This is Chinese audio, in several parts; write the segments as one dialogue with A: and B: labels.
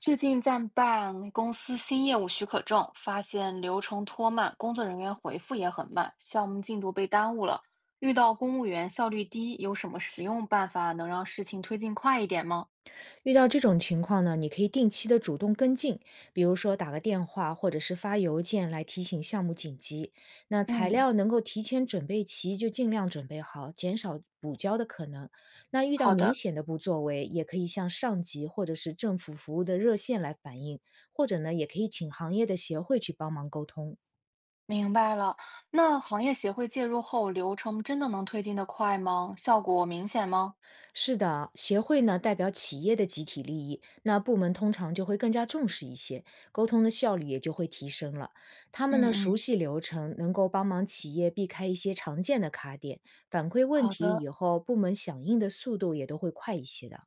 A: 最近在办公司新业务许可证，发现流程拖慢，工作人员回复也很慢，项目进度被耽误了。遇到公务员效率低，有什么实用办法能让事情推进快一点吗？
B: 遇到这种情况呢，你可以定期的主动跟进，比如说打个电话或者是发邮件来提醒项目紧急。那材
A: 嗯，
B: 料能够提前准备齐，就尽量准备好，减少补交的可能。那遇到
A: 好
B: 明
A: 的，
B: 显的不作为，也可以向上级或者是政府服务的热线来反映，或者呢，也可以请行业的协会去帮忙沟通。
A: 明白了。那行业协会介入后，流程真的能推进得快吗？效果明显吗？
B: 是的，协会呢代表企业的集体利益，那部门通常就会更加重视一些，沟通的效率也就会提升了。他
A: 嗯
B: 们呢熟
A: 嗯，
B: 悉流程，能够帮忙企业避开一些常见的卡点，反馈问
A: 好
B: 题
A: 的，
B: 以后，部门响应的速度也都会快一些的。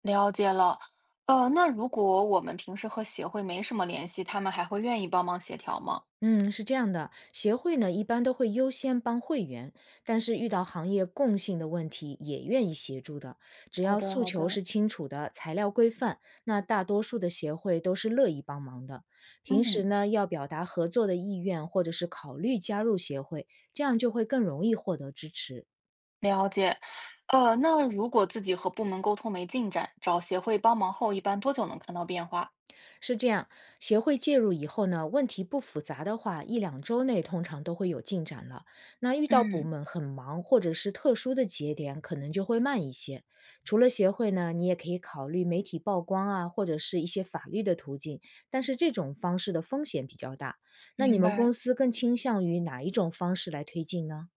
A: 了解了。那如果我们平时和协会没什么联系，他们还会愿意帮忙协调吗？
B: 嗯，是这样的，协会呢一般都会优先帮会员，但是遇到行业共性的问题也愿意协助的。只
A: 好
B: 要
A: 的，
B: 诉
A: 好
B: 求
A: 的，
B: 是清楚的，材料规范，那大多数的协会都是乐意帮忙的。平时
A: 嗯。
B: 呢要表达合作的意愿，或者是考虑加入协会，这样就会更容易获得支持。
A: 了解。那如果自己和部门沟通没进展，找协会帮忙后，一般多久能看到变化？
B: 是这样，协会介入以后呢，问题不复杂的话，1~2周内通常都会有进展了。那遇到部
A: 嗯，
B: 门很忙或者是特殊的节点，可能就会慢一些。除了协会呢，你也可以考虑媒体曝光啊，或者是一些法律的途径，但是这种方式的风险比较大。那你
A: 明
B: 们
A: 白。
B: 公司更倾向于哪一种方式来推进呢？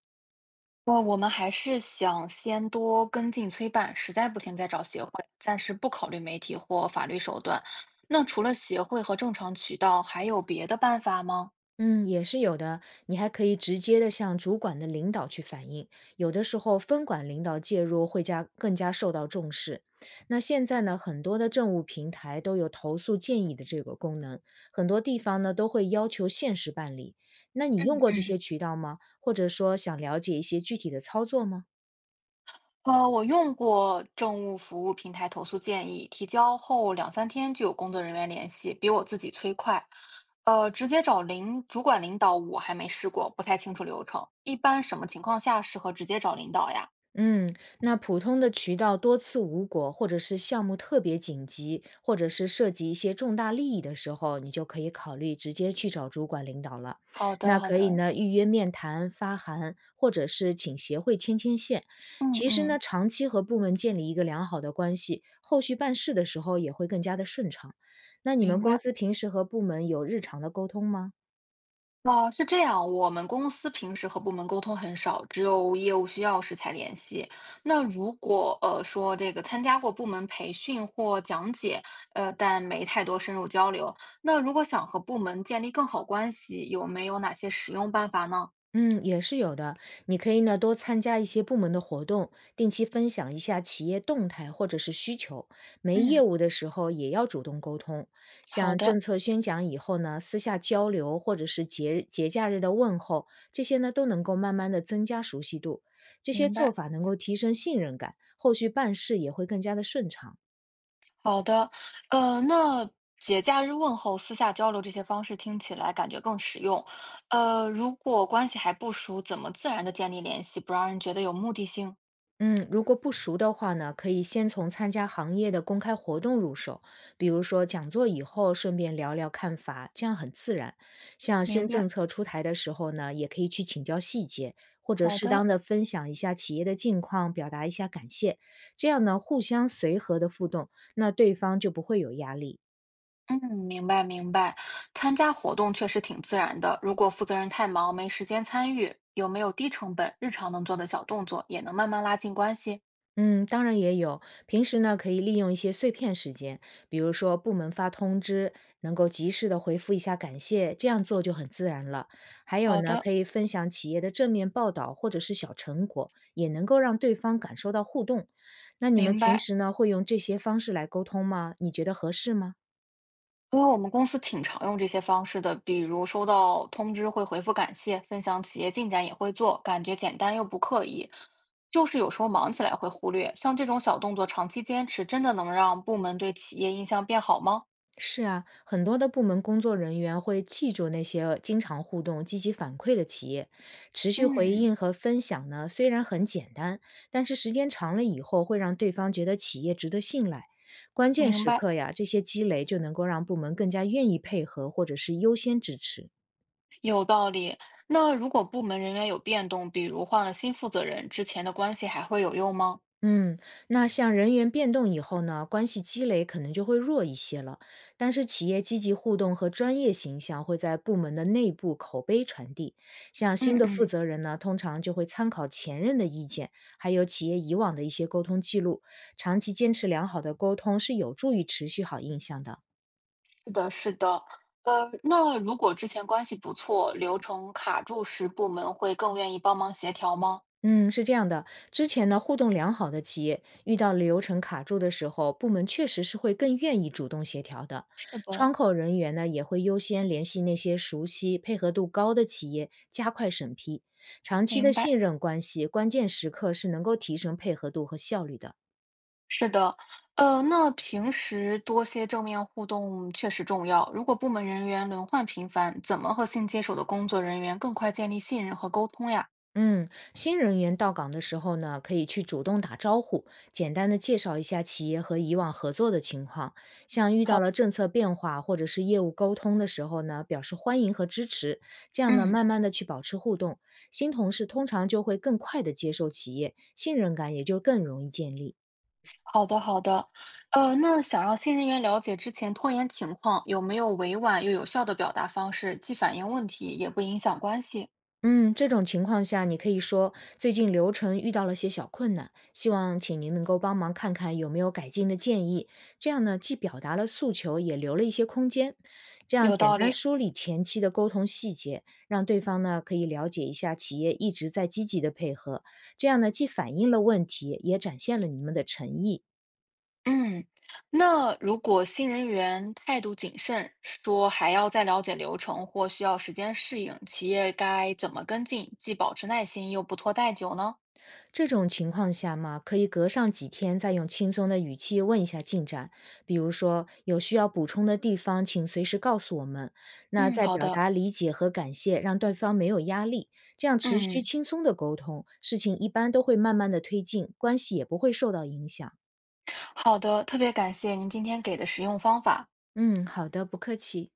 A: 我们还是想先多跟进催办，实在不行再找协会，暂时不考虑媒体或法律手段。那除了协会和正常渠道，还有别的办法吗？
B: 嗯，也是有的。你还可以直接的向主管的领导去反映，有的时候分管领导介入会加更加受到重视。那现在呢，很多的政务平台都有投诉建议的这个功能，很多地方呢都会要求限时办理。那你用
A: 嗯
B: 过这
A: 嗯。
B: 些渠道吗？或者说想了解一些具体的操作吗？
A: 我用过政务服务平台投诉建议，提交后两三天就有工作人员联系，比我自己催快。直接找领主管领导我还没试过，不太清楚流程。一般什么情况下适合直接找领导呀？
B: 嗯，那普通的渠道多次无果，或者是项目特别紧急，或者是涉及一些重大利益的时候，你就可以考虑直接去找主管领导了。
A: 好的，
B: 那
A: 好
B: 可以
A: 的，
B: 呢，预约面谈、发函，或者是请协会牵牵线。
A: 嗯
B: 其实
A: 嗯，
B: 呢，长期和部门建立一个良好的关系，后续办事的时候也会更加的顺畅。那你们
A: 明
B: 公
A: 白。
B: 司平时和部门有日常的沟通吗？
A: 哦，是这样，我们公司平时和部门沟通很少，只有业务需要时才联系。那如果说这个参加过部门培训或讲解，但没太多深入交流，那如果想和部门建立更好关系，有没有哪些实用办法呢？
B: 嗯，也是有的。你可以呢多参加一些部门的活动，定期分享一下企业动态或者是需求。没业
A: 嗯，
B: 务的时候也要主动沟通，
A: 好
B: 像
A: 的，
B: 政策宣讲以后呢，私下交流或者是节日节假日的问候，这些呢都能够慢慢的增加熟悉度。这些
A: 明
B: 做
A: 白。
B: 法能够提升信任感，后续办事也会更加的顺畅。
A: 好的，那节假日问候、私下交流这些方式听起来感觉更实用。如果关系还不熟，怎么自然的建立联系，不让人觉得有目的性？
B: 嗯，如果不熟的话呢，可以先从参加行业的公开活动入手，比如说讲座以后顺便聊聊看法，这样很自然。像
A: 明
B: 新
A: 白，
B: 政策出台的时候呢，也可以去请教细节，或者
A: 好
B: 适当
A: 的，
B: 的分享一下企业的近况，表达一下感谢，这样呢，互相随和的互动，那对方就不会有压力。
A: 嗯，明白明白。参加活动确实挺自然的，如果负责人太忙没时间参与，有没有低成本、日常能做的小动作，也能慢慢拉近关系？
B: 嗯，当然也有。平时呢，可以利用一些碎片时间，比如说部门发通知，能够及时的回复一下感谢，这样做就很自然了。还有
A: 好
B: 呢，
A: 的，
B: 可以分享企业的正面报道或者是小成果，也能够让对方感受到互动。那你们
A: 明
B: 平
A: 白。
B: 时呢，会用这些方式来沟通吗？你觉得合适吗？
A: 因为我们公司挺常用这些方式的，比如收到通知会回复感谢，分享企业进展也会做，感觉简单又不刻意。就是有时候忙起来会忽略，像这种小动作长期坚持，真的能让部门对企业印象变好吗？
B: 是啊，很多的部门工作人员会记住那些经常互动、积极反馈的企业，持续回
A: 嗯，
B: 应和分享呢。虽然很简单，但是时间长了以后，会让对方觉得企业值得信赖。关键
A: 明
B: 时
A: 白。
B: 刻呀，这些积累就能够让部门更加愿意配合，或者是优先支持。
A: 有道理。那如果部门人员有变动，比如换了新负责人，之前的关系还会有用吗？
B: 嗯，那像人员变动以后呢，关系积累可能就会弱一些了。但是企业积极互动和专业形象会在部门的内部口碑传递。像
A: 嗯
B: 新的负
A: 嗯，
B: 责人呢，通常就会参考前任的意见，还有企业以往的一些沟通记录。长期坚持良好的沟通是有助于持续好印象的。
A: 是的，是的。那如果之前关系不错，流程卡住时，部门会更愿意帮忙协调吗？
B: 嗯，是这样的，之前呢，互动良好的企业遇到流程卡住的时候，部门确实是会更愿意主动协调的。
A: 是
B: 窗
A: 的，
B: 口人员呢，也会优先联系那些熟悉、配合度高的企业，加快审批。长期
A: 明
B: 的
A: 白。
B: 信任关系，关键时刻是能够提升配合度和效率的。
A: 是的，那平时多些正面互动确实重要。如果部门人员轮换频繁，怎么和新接手的工作人员更快建立信任和沟通呀？
B: 嗯，新人员到岗的时候呢，可以去主动打招呼，简单的介绍一下企业和以往合作的情况。像遇到了政策变化或者是业务沟通的时候呢，表示欢迎和支持，这样呢，
A: 嗯。
B: 慢慢的去保持互动，新同事通常就会更快的接受企业，信任感也就更容易建立。
A: 好的，好的。那想让新人员了解之前拖延情况，有没有委婉又有效的表达方式，既反映问题，也不影响关系？
B: 嗯，这种情况下，你可以说最近流程遇到了些小困难，希望请您能够帮忙看看有没有改进的建议。这样呢，既表达了诉求，也留了一些空间。这样
A: 有
B: 简
A: 道
B: 单
A: 理，
B: 梳理前期的沟通细节，让对方呢可以了解一下企业一直在积极的配合。这样呢，既反映了问题，也展现了你们的诚意。
A: 嗯，那如果新人员态度谨慎，说还要再了解流程或需要时间适应，企业该怎么跟进，既保持耐心又不拖太久呢？
B: 这种情况下嘛，可以隔上几天再用轻松的语气问一下进展，比如说有需要补充的地方，请随时告诉我们。那
A: 嗯，
B: 在
A: 好
B: 表
A: 的，
B: 达理解和感谢，让对方没有压力，这样持续
A: 嗯，
B: 轻松的沟通，事情一般都会慢慢的推进，关系也不会受到影响。
A: 好的，特别感谢您今天给的实用方法。
B: 嗯，好的，不客气。